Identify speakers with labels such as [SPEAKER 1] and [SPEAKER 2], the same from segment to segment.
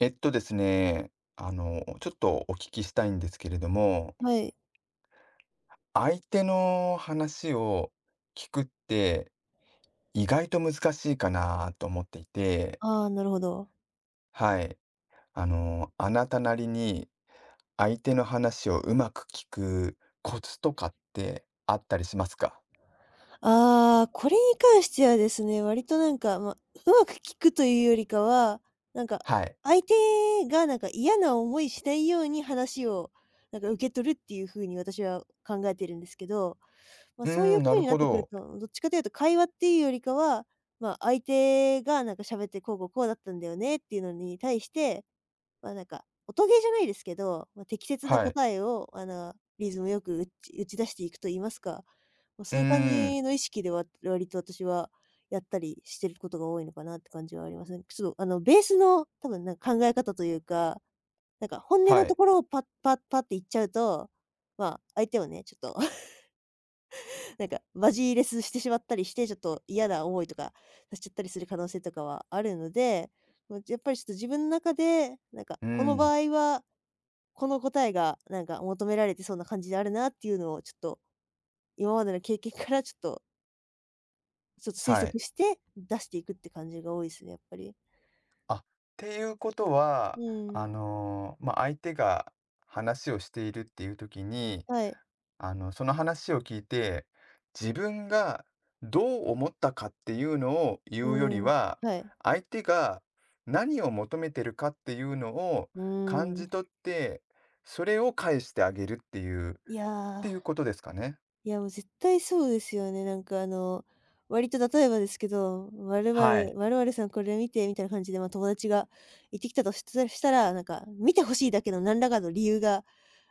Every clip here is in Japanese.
[SPEAKER 1] えっとですね、ちょっとお聞きしたいんですけれども、
[SPEAKER 2] はい。
[SPEAKER 1] 相手の話を聞くって意外と難しいかなと思っていて、
[SPEAKER 2] ああ、なるほど。
[SPEAKER 1] はい。あなたなりに相手の話をうまく聞くコツとかってあったりしますか？
[SPEAKER 2] ああ、これに関してはですね、割とうまく聞くというよりかは、なんか、
[SPEAKER 1] はい。
[SPEAKER 2] 相手がなんか嫌な思いしないように話をなんか受け取るっていう風に私は考えてるんですけど、ま、
[SPEAKER 1] う
[SPEAKER 2] そうい
[SPEAKER 1] ー
[SPEAKER 2] う
[SPEAKER 1] ん、な
[SPEAKER 2] 風
[SPEAKER 1] る
[SPEAKER 2] になっ
[SPEAKER 1] ほ
[SPEAKER 2] てくる
[SPEAKER 1] ど。
[SPEAKER 2] と、どっちかというと会話っていうよりかは、ま、相手がなんか喋ってこうこうこうだったんだよねっていうのに対して、ま、なんか、音ゲーじゃないですけど、ま、適切な
[SPEAKER 1] はい。
[SPEAKER 2] 答えをリズムよく打ち出していくと言いますか、まあ、
[SPEAKER 1] う
[SPEAKER 2] そ
[SPEAKER 1] ー
[SPEAKER 2] ういう感
[SPEAKER 1] ん、
[SPEAKER 2] じの意識で割と私はやったりしてることが多いのかなって感じはありますね。ちょっとあのベースの多分なんか考え方というか、なんか本音
[SPEAKER 1] は
[SPEAKER 2] のと
[SPEAKER 1] い。
[SPEAKER 2] ころをパッパッパッって言っちゃうと、まあ、相手をね、ちょっと なんかバジレスしてしまったりして、ちょっと嫌な思いとかさせちゃったりする可能性とかはあるので、もうやっぱりちょっと自分の中で、なんか
[SPEAKER 1] うー
[SPEAKER 2] この場
[SPEAKER 1] ん、
[SPEAKER 2] 合は、この答えがなんか求められてそうな感じであるなっていうのをちょっと、今までの経験からちょっと推
[SPEAKER 1] は
[SPEAKER 2] 測
[SPEAKER 1] い。
[SPEAKER 2] して出していくって感じが多いすね、やっぱり。
[SPEAKER 1] あ、っていうことは、
[SPEAKER 2] うん。
[SPEAKER 1] まあ、相手が話をしているっていう時に、
[SPEAKER 2] はい。
[SPEAKER 1] その話を聞いて、自分がどう思ったかっていうのを
[SPEAKER 2] う
[SPEAKER 1] 言うより
[SPEAKER 2] ん。
[SPEAKER 1] は、
[SPEAKER 2] はい。
[SPEAKER 1] 相手が何を求めてるかっていうのを
[SPEAKER 2] う
[SPEAKER 1] 感
[SPEAKER 2] ー
[SPEAKER 1] じ
[SPEAKER 2] ん。
[SPEAKER 1] 取って、それを返してあげるっていうっ
[SPEAKER 2] い
[SPEAKER 1] て
[SPEAKER 2] や、
[SPEAKER 1] いうことですかね。
[SPEAKER 2] いや、もう絶対そうですよね。なんかあの、割と例えばですけど、「〇
[SPEAKER 1] は
[SPEAKER 2] 〇
[SPEAKER 1] い。
[SPEAKER 2] 〇〇さんこれ見て」みたいな感じで、ま、友達が言ってきたとしたら、なんか見て欲しいだけの何らかの理由が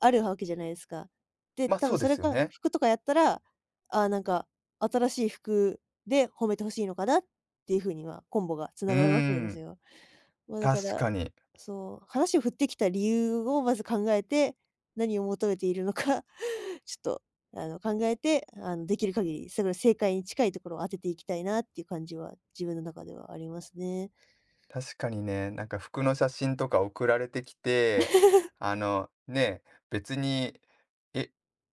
[SPEAKER 2] あるわけじゃないですか。で、
[SPEAKER 1] ま、あ
[SPEAKER 2] 多
[SPEAKER 1] そ
[SPEAKER 2] 分
[SPEAKER 1] うで
[SPEAKER 2] それ
[SPEAKER 1] すよ
[SPEAKER 2] が
[SPEAKER 1] ね。
[SPEAKER 2] 服とかやったら、ああ、なんか新しい服で褒めて欲しいのかなっていう風には、コンボが
[SPEAKER 1] うー
[SPEAKER 2] 繋がるわけなんです
[SPEAKER 1] ん、
[SPEAKER 2] よ。ま、だか
[SPEAKER 1] 確
[SPEAKER 2] ら、
[SPEAKER 1] かに。
[SPEAKER 2] そう、話を振ってきた理由をまず考えて、何を求めているのか ちょっと、あの、考えて、あの、できる限り、それ正解に近いところを当てていきたいなっていう感じは、自分の中ではありますね。
[SPEAKER 1] 確かにね、なんか服の写真とか送られてきて、ね、別に、え、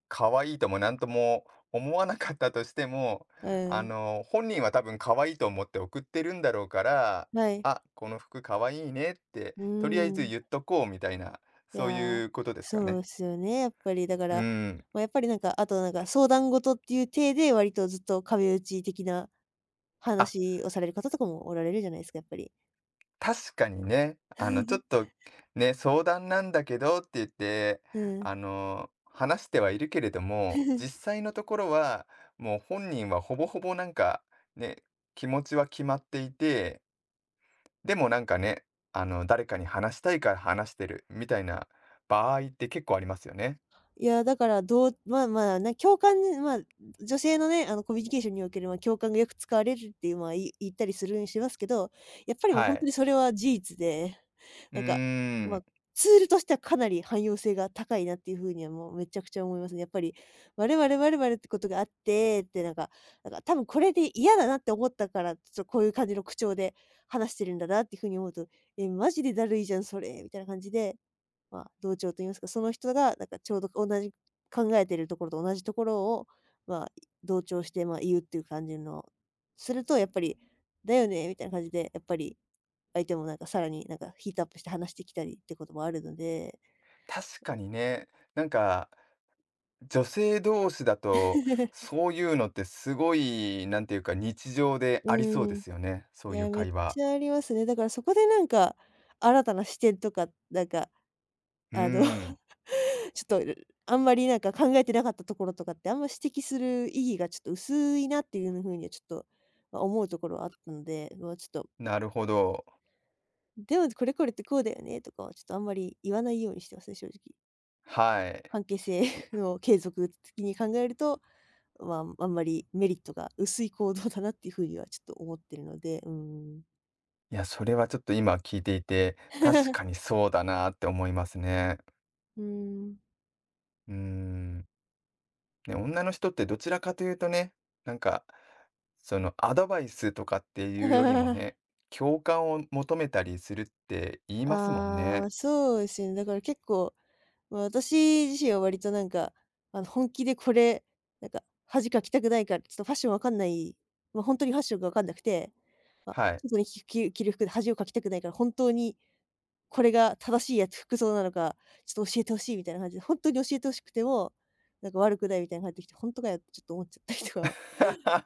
[SPEAKER 1] 可愛いともなんとも思わなかったとしても、
[SPEAKER 2] うん。
[SPEAKER 1] 本人は多分可愛いと思って送ってるんだろうから、
[SPEAKER 2] はい。
[SPEAKER 1] あ、この服可愛いねって、
[SPEAKER 2] う
[SPEAKER 1] とりあえず
[SPEAKER 2] ーん。
[SPEAKER 1] 言っとこうみたいな、
[SPEAKER 2] いや
[SPEAKER 1] そう
[SPEAKER 2] ー、
[SPEAKER 1] いうことですか
[SPEAKER 2] そう
[SPEAKER 1] ね。
[SPEAKER 2] ですよね、やっぱりだか
[SPEAKER 1] う
[SPEAKER 2] ら、
[SPEAKER 1] ん。
[SPEAKER 2] まあ、やっぱりなんか、あとなんか相談事っていう体で、割とずっと壁打ち的な
[SPEAKER 1] あ、
[SPEAKER 2] 話をされる方とかもおられるじゃないですか、やっぱり。
[SPEAKER 1] 確かにね、ちょっ とね、相談なんだけどって言って、
[SPEAKER 2] うん。
[SPEAKER 1] 話してはいるけれども、実際のところは、もう本人はほぼほぼなんか、ね、気持ちは決まっていて、でもなんかね、誰かに話したいから話してるみたいな場合って結構ありますよね。
[SPEAKER 2] いや、だから、まあまあ、共感ね、まあ、女性のね、あの、コミュニケーションにおける、まあ、共感がよく使われるっていう、まあ、言ったりするようにしてますけど、やっぱりもう
[SPEAKER 1] は
[SPEAKER 2] 本当
[SPEAKER 1] い。
[SPEAKER 2] にそれは事実で、
[SPEAKER 1] う
[SPEAKER 2] な
[SPEAKER 1] ー
[SPEAKER 2] んか、まあ、
[SPEAKER 1] ん、
[SPEAKER 2] ツールとしてはかなり汎用性が高いなっていう風にはもうめちゃくちゃ思いますね。やっぱり、「我々我々ってことがあって」って、なんか多分これで嫌だなって思ったから、ちょっとこういう感じの口調で話してるんだなっていう風に思うと、「え、マジでだるいじゃん、それ」みたいな感じでまあ、同調と言いますか、その人がなんかちょうど同じ考えてるところと同じところを、まあ、同調して、まあ、言うっていう感じのするとやっぱり「だよね」みたいな感じで、やっぱり相手もなんかさらになんかヒートアップして話してきたりってこともあるので。
[SPEAKER 1] 確かにね、なんか女性同士だと、そういうのってすごい、なんていうか、日常であり
[SPEAKER 2] う
[SPEAKER 1] そうで
[SPEAKER 2] ん、い
[SPEAKER 1] すよね、そういう
[SPEAKER 2] や、めっ
[SPEAKER 1] 会話。
[SPEAKER 2] ちゃありますね。だからそこでなんか、新たな視点とか、なんか
[SPEAKER 1] うー
[SPEAKER 2] あの
[SPEAKER 1] ん、
[SPEAKER 2] ちょっと、あんまりなんか考えてなかったところとかって、あんま指摘する意義がちょっと薄いなっていう風にはちょっと、ま、思うところはあったので、まあ、ちょっと、
[SPEAKER 1] なるほど。
[SPEAKER 2] でもこれこれってこうだよねとかはちょっとあんまり言わないようにしてますね、正直。
[SPEAKER 1] はい。
[SPEAKER 2] 関係性
[SPEAKER 1] いい
[SPEAKER 2] の継続的に考えると、まあ、あんまりメリットが薄い行動だなっていうふうにはちょっと思ってるので、うーん。
[SPEAKER 1] や、それはちょっと今聞いていて、確か にそうだなって思いますね。
[SPEAKER 2] うーん。
[SPEAKER 1] うーん。ね、女の人ってどちらかというとね、なんか、そのアドバイスとかっていうよりも ね、共感を求めたりするって言いますもん
[SPEAKER 2] ああ、
[SPEAKER 1] ね。
[SPEAKER 2] まそうですよね。だから結構まあ、私自身は割となんか、あの、本気でこれ、なんか、恥かきたくないから、ちょっとファッションわかんない、ま、本当にファッションがわかんなくて、まあ、
[SPEAKER 1] はい。
[SPEAKER 2] 外に着る服で恥をかきたくないから、本当にこれが正しい服装なのか、ちょっと教えてほしいみたいな感じで、本当に教えて欲しくても、なんか悪くないみたいな感じで、来て、本当かよってちょっと思っちゃったりとか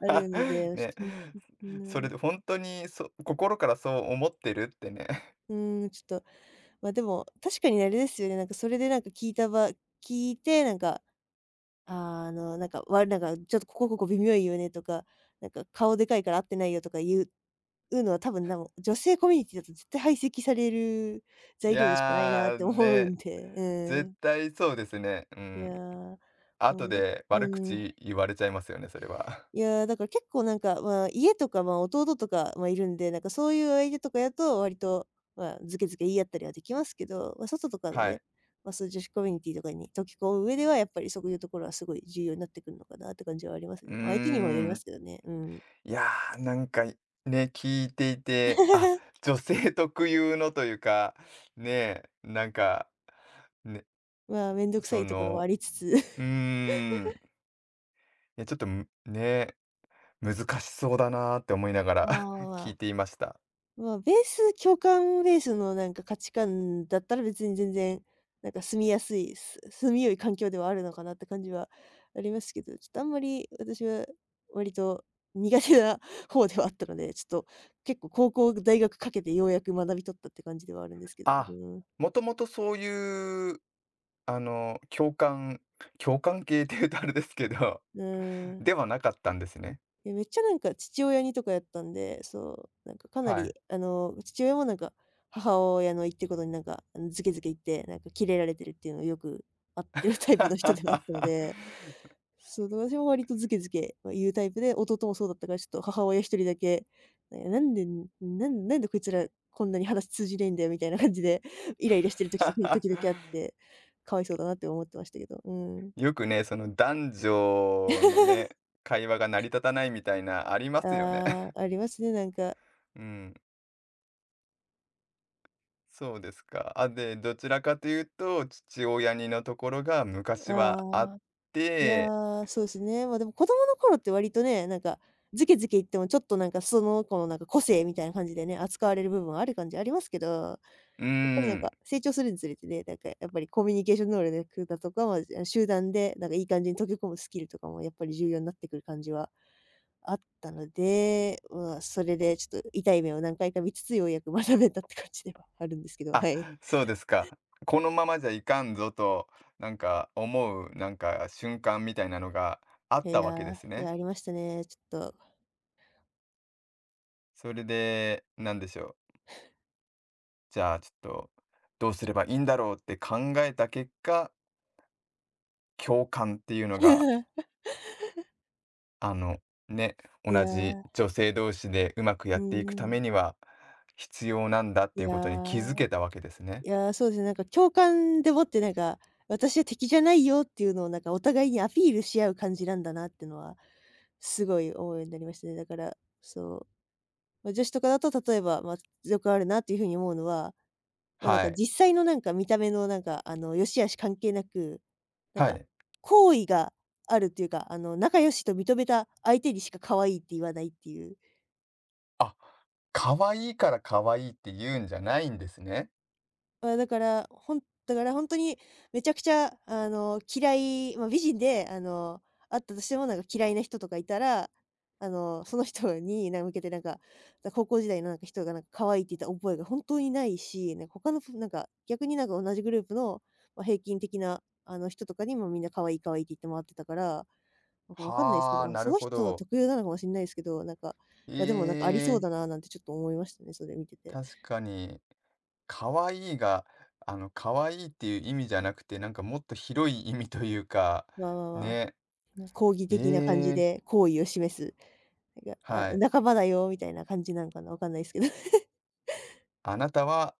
[SPEAKER 2] あるの で、ち
[SPEAKER 1] ね、
[SPEAKER 2] ょっと、ほ
[SPEAKER 1] それ
[SPEAKER 2] ん
[SPEAKER 1] で本当に、心からそう思ってるってね。
[SPEAKER 2] うん、ちょっと、ま、でも、確かにあれですよね、なんかそれでなんか聞いて、なんかあの、なんか、なんか、ちょっとここ微妙いよねとか、なんか顔でかいから合ってないよとかいう言うのは多分、お女性コミュニティだと絶対排斥される
[SPEAKER 1] い
[SPEAKER 2] 材料でしかないなっ
[SPEAKER 1] や、
[SPEAKER 2] て思う
[SPEAKER 1] ね、
[SPEAKER 2] んで、う
[SPEAKER 1] 絶
[SPEAKER 2] ん。
[SPEAKER 1] 対そうですね。う
[SPEAKER 2] いや
[SPEAKER 1] ん。
[SPEAKER 2] ー、も
[SPEAKER 1] 後
[SPEAKER 2] う、
[SPEAKER 1] で
[SPEAKER 2] う
[SPEAKER 1] 悪
[SPEAKER 2] ん。
[SPEAKER 1] 口言われちゃいますよね、それは。
[SPEAKER 2] いやー、だから結構なんか、まあ、家とか、まあ、弟とか、まあ、いるんで、なんかそういう相手とかやと割と、まあ、ズケズケ言い合ったりはできますけど、まあ、外と かの
[SPEAKER 1] は
[SPEAKER 2] ね、
[SPEAKER 1] い。
[SPEAKER 2] まあ、そういう女子コミュニティとかに溶け込む上では、やっぱりそういうところはすごい重要になってくるのかなって感じはあります
[SPEAKER 1] う
[SPEAKER 2] ね。
[SPEAKER 1] ー
[SPEAKER 2] まあ、相手にもよります
[SPEAKER 1] ん。
[SPEAKER 2] けどね。うん。
[SPEAKER 1] いやー、なんか、いね、聞いていて、あ、女性特有のというか、ね、ね、
[SPEAKER 2] まあ、めんどくさ
[SPEAKER 1] そ
[SPEAKER 2] いところも
[SPEAKER 1] の、
[SPEAKER 2] ありつつ。
[SPEAKER 1] うー ん、いやちょっと、難しそうだなーって思いなが
[SPEAKER 2] まあ
[SPEAKER 1] ら
[SPEAKER 2] まあ
[SPEAKER 1] 聞
[SPEAKER 2] ま
[SPEAKER 1] いて
[SPEAKER 2] あ。
[SPEAKER 1] いました。
[SPEAKER 2] まあ、ベース共感ベースのなんか価値観だったら別に全然、なんか住みよい環境ではあるのかなって感じはありますけど、ちょっとあんまり私は割と苦手な 方ではあったので、ちょっと結構高校、大学かけてようやく学び取ったって感じではあるんですけど。う
[SPEAKER 1] あ、
[SPEAKER 2] ん。
[SPEAKER 1] もともとそういう、共感 共感系って言うとあれですけど、
[SPEAKER 2] う ん。
[SPEAKER 1] ではなかったんですね。
[SPEAKER 2] いや、めっちゃなんか父親にとかやったんで、そう、なんかかな
[SPEAKER 1] は
[SPEAKER 2] り、
[SPEAKER 1] い。
[SPEAKER 2] あの、父親もなんか、母親の言ってることになんか、あの、ズケズケ言って、なんかキレられてるっていうのをよくあってる タイプの人ではあったので、そう、だから私も割とズケズケ、ま、言うタイプで、弟もそうだったから、ちょっと母親一人だけ、「なんなんでなんなんでこいつらこんなに話通じねえんだよ」みたいな感じで イライラしてる時とか時々あって、かわいそうだなって思ってましたけど。うん。
[SPEAKER 1] よくね、その男女のね、会話が成り立たないみたいなありますよね。
[SPEAKER 2] ああ、ありますね、なんか。
[SPEAKER 1] うん、そうですか。あ、で、どちらかというと、父親にのところが昔はあ
[SPEAKER 2] あ
[SPEAKER 1] っ
[SPEAKER 2] あ。いや
[SPEAKER 1] て、
[SPEAKER 2] ー、そうですね。ま、でも子供の頃って割とね、ズケズケ言ってもちょっとその子の個性みたいな感じでね、扱われる部分はある感じありますけど、や
[SPEAKER 1] うー
[SPEAKER 2] っぱり
[SPEAKER 1] ん。
[SPEAKER 2] 成長するにつれてね、やっぱりコミュニケーション能力だとか、あの集団でいい感じに溶け込むスキルとかもやっぱり重要になってくる感じはあったので、まあ、それでちょっと痛い目を何回か見つつ、ようやく 学べたって感じではあるんですけど、は
[SPEAKER 1] あ、
[SPEAKER 2] い。
[SPEAKER 1] そうですか。このままじゃいかんぞと、なんか思う、なんか瞬間みたいなのがあ
[SPEAKER 2] い
[SPEAKER 1] ったわ
[SPEAKER 2] や
[SPEAKER 1] けで
[SPEAKER 2] ー、
[SPEAKER 1] す
[SPEAKER 2] いや、
[SPEAKER 1] ね。
[SPEAKER 2] ありましたね、ちょっと。
[SPEAKER 1] それで、なんでしょう、じゃあちょっと、どうすればいいんだろうって考えた結果、共感っていうのが、あの、ね、
[SPEAKER 2] い
[SPEAKER 1] 同
[SPEAKER 2] や
[SPEAKER 1] じ
[SPEAKER 2] ー、
[SPEAKER 1] 女性同士でうまくや
[SPEAKER 2] う
[SPEAKER 1] っていくた
[SPEAKER 2] んうん。
[SPEAKER 1] めには必要なんだっ
[SPEAKER 2] い
[SPEAKER 1] ていう
[SPEAKER 2] や
[SPEAKER 1] ことに気づ
[SPEAKER 2] ー
[SPEAKER 1] けたわけですね。
[SPEAKER 2] いやー、そうですね、共感でもって私は敵じゃないよっていうのをお互いにアピールし合う感じなんだなっていうのは、すごい思うようになりましたね。だから、そう、ま、女子とかだと例えば、まあ、よくあるなっていうふうに思うのは、
[SPEAKER 1] はい。
[SPEAKER 2] 実際の見た目のあの、良し悪し関係なく、なん
[SPEAKER 1] は
[SPEAKER 2] か
[SPEAKER 1] い。
[SPEAKER 2] 好意があるっていうか、あの、仲良しと認めた相手にしか可愛いって言わないっていう。
[SPEAKER 1] あ、可愛いから可愛いって言うんじゃないんですね。
[SPEAKER 2] まあ、だから、本当にめちゃくちゃ、まあ、美人で、あの、あったとしても、嫌いな人とかいたら、あの、その人に向けて高校時代の人が可愛いって言った覚えが本当にないし、他の逆に同じグループの、まあ、平均的な、あの、人とかにもみんな可愛い可愛いって言って回ってたから、なんかわかんないですけ
[SPEAKER 1] は
[SPEAKER 2] ど、
[SPEAKER 1] あ、
[SPEAKER 2] まあ、
[SPEAKER 1] な
[SPEAKER 2] そ
[SPEAKER 1] る
[SPEAKER 2] の
[SPEAKER 1] ほ
[SPEAKER 2] 人
[SPEAKER 1] ど。
[SPEAKER 2] 特有なのかもしれないですけど、なんか、
[SPEAKER 1] え
[SPEAKER 2] まあ、でもなんかありそう
[SPEAKER 1] え、
[SPEAKER 2] だななんてちょっと思いましたね、それ見てて。
[SPEAKER 1] 確かに。可愛いが、可愛いっていう意味じゃなくて、なんかもっと広い意味というか、
[SPEAKER 2] まあまあまあ。
[SPEAKER 1] ね。
[SPEAKER 2] 抗議的な感じ
[SPEAKER 1] ええ、
[SPEAKER 2] で好意を示す、なんか、あ、
[SPEAKER 1] はい。
[SPEAKER 2] 仲間だよみたいな感じなのかな、わかんないですけど。
[SPEAKER 1] あなたは、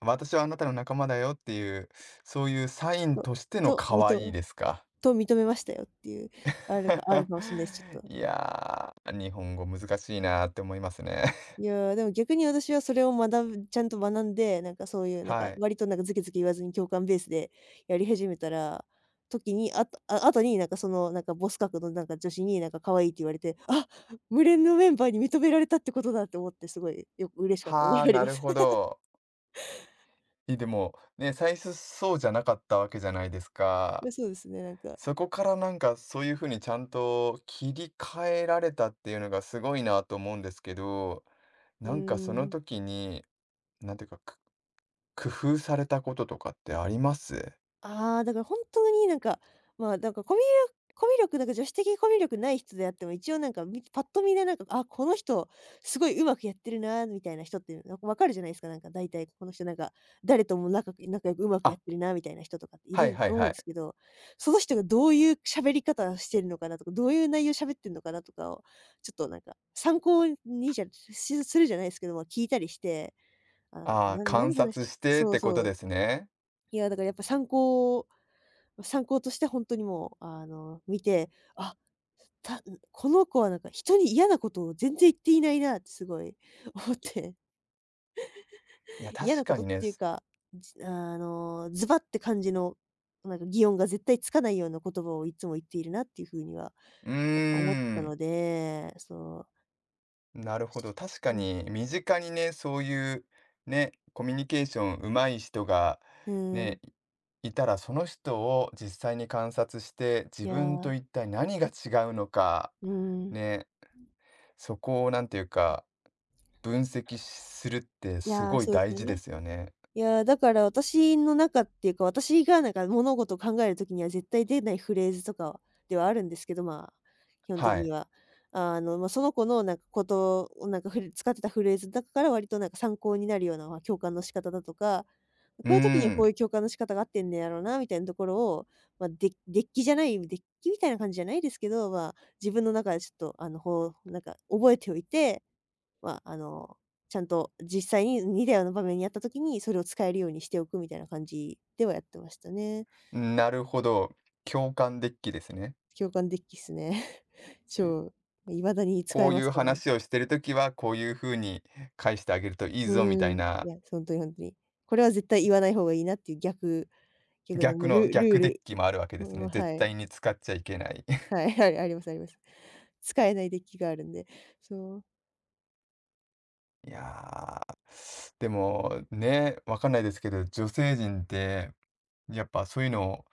[SPEAKER 1] 私はあなたの仲間だよっていう、そういうサイン
[SPEAKER 2] と
[SPEAKER 1] としての
[SPEAKER 2] と、
[SPEAKER 1] 可
[SPEAKER 2] み
[SPEAKER 1] 愛い
[SPEAKER 2] と
[SPEAKER 1] ですか。
[SPEAKER 2] と認めましたよっていう、あるかもしんないです、ちょっ と。
[SPEAKER 1] いやー、日本語難しいなーって思いますね。
[SPEAKER 2] い や、でも逆に私はそれをちゃんと学んで、そういう
[SPEAKER 1] はい。
[SPEAKER 2] 割とズケズケ言わずに共感ベースでやり始めたら、時に、あとあ後にそのボス格の女子に可愛いって言われて、あ、無連のメンバーに認められたってことだって思ってすごい嬉しかった覚え
[SPEAKER 1] はあ、
[SPEAKER 2] があり
[SPEAKER 1] な
[SPEAKER 2] ま
[SPEAKER 1] る
[SPEAKER 2] す。
[SPEAKER 1] ほど。え、でも、ね、最初そうじゃなかったわけじゃないです
[SPEAKER 2] い
[SPEAKER 1] か。
[SPEAKER 2] や、そうですね、なんか、
[SPEAKER 1] そこからなんかそういう風にちゃんと切り替えられたっていうのがすごいなと思うんですけど、
[SPEAKER 2] うー
[SPEAKER 1] なんかその
[SPEAKER 2] ん。
[SPEAKER 1] 時に、なんていうか、工夫されたこととかってあります？
[SPEAKER 2] ああ、だから本当にまあ、コミュ力、女子的コミュ力ない人であっても、一応なんかみパッと見であ、この人すごいうまくやってるなみたいな人って、なんかわかるじゃないですか。なんか大体この人誰とも仲良くうまくや
[SPEAKER 1] あ、
[SPEAKER 2] ってるなみたいな人とかってい
[SPEAKER 1] はい
[SPEAKER 2] る
[SPEAKER 1] はい
[SPEAKER 2] と思う
[SPEAKER 1] は
[SPEAKER 2] ん
[SPEAKER 1] い。
[SPEAKER 2] ですけど、その人がどういう喋り方してるのかなとか、どういう内容喋ってるのかなとかを、ちょっと参考にじゃしするじゃないですけども、聞いたりして、あ、なんか、
[SPEAKER 1] ああ、観
[SPEAKER 2] 何話し
[SPEAKER 1] 察
[SPEAKER 2] て
[SPEAKER 1] してっ
[SPEAKER 2] そう
[SPEAKER 1] てこ
[SPEAKER 2] そ
[SPEAKER 1] と
[SPEAKER 2] う。
[SPEAKER 1] ですね。
[SPEAKER 2] いや、だからやっぱ参考ま参考として本当にもう、あの、見て、あ、たこの子は人に嫌なことを全然言っていないなってすごい 思って、
[SPEAKER 1] いや、
[SPEAKER 2] 嫌
[SPEAKER 1] 確
[SPEAKER 2] なこ
[SPEAKER 1] か
[SPEAKER 2] とっ
[SPEAKER 1] にね、
[SPEAKER 2] ていうか、あの、ズバって感じの、擬音が絶対つかないような言葉をいつも言っているなっていう風にはやっ
[SPEAKER 1] うー
[SPEAKER 2] ぱ思ったの
[SPEAKER 1] ん。
[SPEAKER 2] で、そう。
[SPEAKER 1] なるほど。確か
[SPEAKER 2] うん、
[SPEAKER 1] に身近にね、そういうね、コミュニケーション上手い人が
[SPEAKER 2] うん、
[SPEAKER 1] ね、いたら、その人を実際に観察して、
[SPEAKER 2] い
[SPEAKER 1] 自
[SPEAKER 2] や
[SPEAKER 1] 分
[SPEAKER 2] ー、
[SPEAKER 1] と一体何が違うのか、
[SPEAKER 2] うん。
[SPEAKER 1] ね、そこをなんていうか、分析するって
[SPEAKER 2] い
[SPEAKER 1] す
[SPEAKER 2] やー、
[SPEAKER 1] ごい
[SPEAKER 2] そうです
[SPEAKER 1] 大
[SPEAKER 2] よ
[SPEAKER 1] 事で
[SPEAKER 2] ね。
[SPEAKER 1] すよね。
[SPEAKER 2] いやー、だから私の中っていうか、私が物事を考えるときには絶対出ないフレーズとかはではあるんですけど、まあ、基本的
[SPEAKER 1] は
[SPEAKER 2] に
[SPEAKER 1] い。
[SPEAKER 2] は。あの、まあ、その子のことをなんかふ使ってたフレーズだから割と参考になるような、ま、共感の仕方だとか、
[SPEAKER 1] う
[SPEAKER 2] こういう時にはこう
[SPEAKER 1] ー
[SPEAKER 2] いう共感の仕方があってんねやろうなみたいなところを、まあ、デッキみたいな感じじゃないですけど、まあ、自分の中でちょっとあの、ほうなんか覚えておいてまあ、あの、ちゃんと実際に似たような場面にあった時に、それを使えるようにしておくみたいな感じではやってましたね。
[SPEAKER 1] ん、なるほど。共感デッキですね。
[SPEAKER 2] 共感デッキっすね。超、未だに使
[SPEAKER 1] こ
[SPEAKER 2] え
[SPEAKER 1] う
[SPEAKER 2] ま
[SPEAKER 1] い
[SPEAKER 2] す
[SPEAKER 1] う
[SPEAKER 2] から。
[SPEAKER 1] 話をしてるときは、こういうふうに返してあげるといい
[SPEAKER 2] う
[SPEAKER 1] ぞみたい
[SPEAKER 2] ん。い
[SPEAKER 1] な
[SPEAKER 2] や、本当に本当に。これは絶対言わない方がいいなっていう逆の
[SPEAKER 1] 逆
[SPEAKER 2] ね、
[SPEAKER 1] の
[SPEAKER 2] ルルー
[SPEAKER 1] 逆デッ
[SPEAKER 2] ル
[SPEAKER 1] キもあるわけ
[SPEAKER 2] う
[SPEAKER 1] ですね。
[SPEAKER 2] ん
[SPEAKER 1] 絶
[SPEAKER 2] は
[SPEAKER 1] 対
[SPEAKER 2] い。
[SPEAKER 1] に使っちゃいけない。
[SPEAKER 2] はい、ありますあります。使えないデッキがあるんで。そう。
[SPEAKER 1] いやー、でも、ね、わかんないですけど、女性陣って、やっぱそういうのを、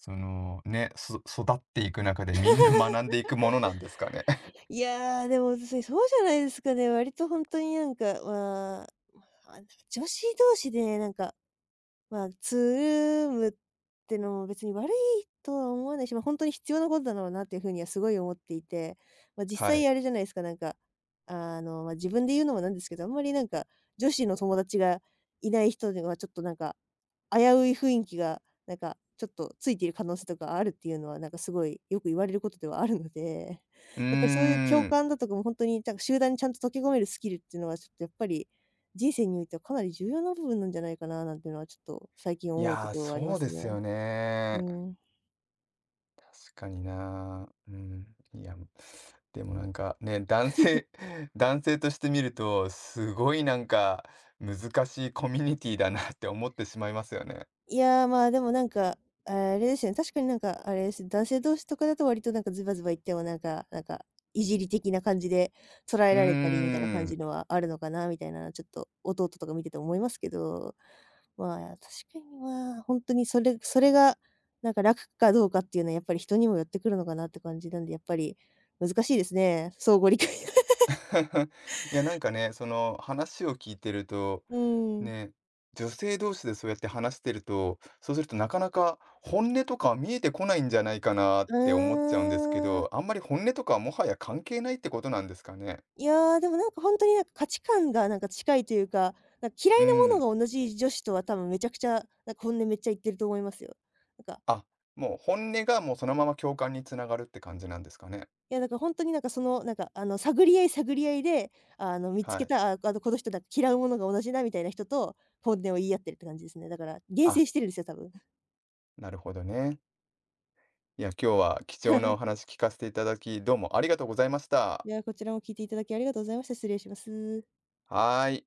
[SPEAKER 1] その、ね、育っていく中でみんな学んでいくものなんですかね？
[SPEAKER 2] いやー、でも、そうじゃないですかね。割と本当にまあ、あ、女子同士でまあ、つるむってのも別に悪いとは思わないし、ま、本当に必要なことだろうなっていう風にはすごい思っていて、まあ、実
[SPEAKER 1] は
[SPEAKER 2] 際
[SPEAKER 1] い。
[SPEAKER 2] あれじゃないですか、なんか、あの、まあ、自分で言うのもなんですけど、あんまり女子の友達がいない人にはちょっと危うい雰囲気が、なんか、ちょっとついている可能性とかあるっていうのは、なんかすごいよく言われることではあるので、
[SPEAKER 1] うー
[SPEAKER 2] やっぱりそういう共
[SPEAKER 1] ん。
[SPEAKER 2] 感だとかもほんとに、なんか集団にちゃんと溶け込めるスキルっていうのは、ちょっとやっぱり、人生においてはかなり重要な部分なんじゃないかななんてのは、ちょっと最近
[SPEAKER 1] い
[SPEAKER 2] 思うと
[SPEAKER 1] やー、
[SPEAKER 2] ころはありま
[SPEAKER 1] そう
[SPEAKER 2] す
[SPEAKER 1] です
[SPEAKER 2] ね。
[SPEAKER 1] よ
[SPEAKER 2] う
[SPEAKER 1] ね。
[SPEAKER 2] ーん。
[SPEAKER 1] 確かにな。うん。いや、でもなんかね、男性 男性として見ると、すごいなんか難しいコミュニティだなって思ってしまいますよね。
[SPEAKER 2] いやー、まあ、でもなんか、あれですよね、確かになんか、あれです、男性同士とかだと割とズバズバ言ってもなんか、いじり的な感じで捉え
[SPEAKER 1] うー
[SPEAKER 2] られたりみたいな感じ
[SPEAKER 1] ん。
[SPEAKER 2] のはあるのかなみたいな、ちょっと弟とか見てて思いますけど、まあ、確かにまあ、本当にそれが楽かどうかっていうのはやっぱり人にもよってくるのかなって感じなんで、やっぱり難しいですね、相互理解が。
[SPEAKER 1] いや、なんかね、その話を聞いてると、
[SPEAKER 2] うん。
[SPEAKER 1] ね、女性同士でそうやって話してると、そうするとなかなか本音とかは見えてこないんじゃないかなっ
[SPEAKER 2] う
[SPEAKER 1] て思っちゃうんですけ
[SPEAKER 2] ーん。
[SPEAKER 1] ど、あんまり本音とかはもはや関係ないってことなんですかね。
[SPEAKER 2] いやー、でもなんか本当に価値観が近いというか、なんか嫌
[SPEAKER 1] う
[SPEAKER 2] いな
[SPEAKER 1] ん。
[SPEAKER 2] ものが同じ女子とは多分めちゃくちゃ、なんか本音めっちゃ言ってると思いますよ。なんか、
[SPEAKER 1] あ、もう本音がもうそのまま共感につながるって感じなんですかね。
[SPEAKER 2] いやだからなんかその、なんかあの、探り合いで、あの、見つ
[SPEAKER 1] は
[SPEAKER 2] け
[SPEAKER 1] い。
[SPEAKER 2] た、あ、あの、この人なんか嫌うものが同じだみたいな人と本音を言い合ってるって感じですね。だから、厳
[SPEAKER 1] あ、
[SPEAKER 2] 選してるんですよ、多分。
[SPEAKER 1] なるほどね。いや、今日は貴重なお話聞かせていただき、どうもありがとうございまし
[SPEAKER 2] い
[SPEAKER 1] た。
[SPEAKER 2] や、こちらも聞いていただきありがとうございました。失礼します。
[SPEAKER 1] はーい。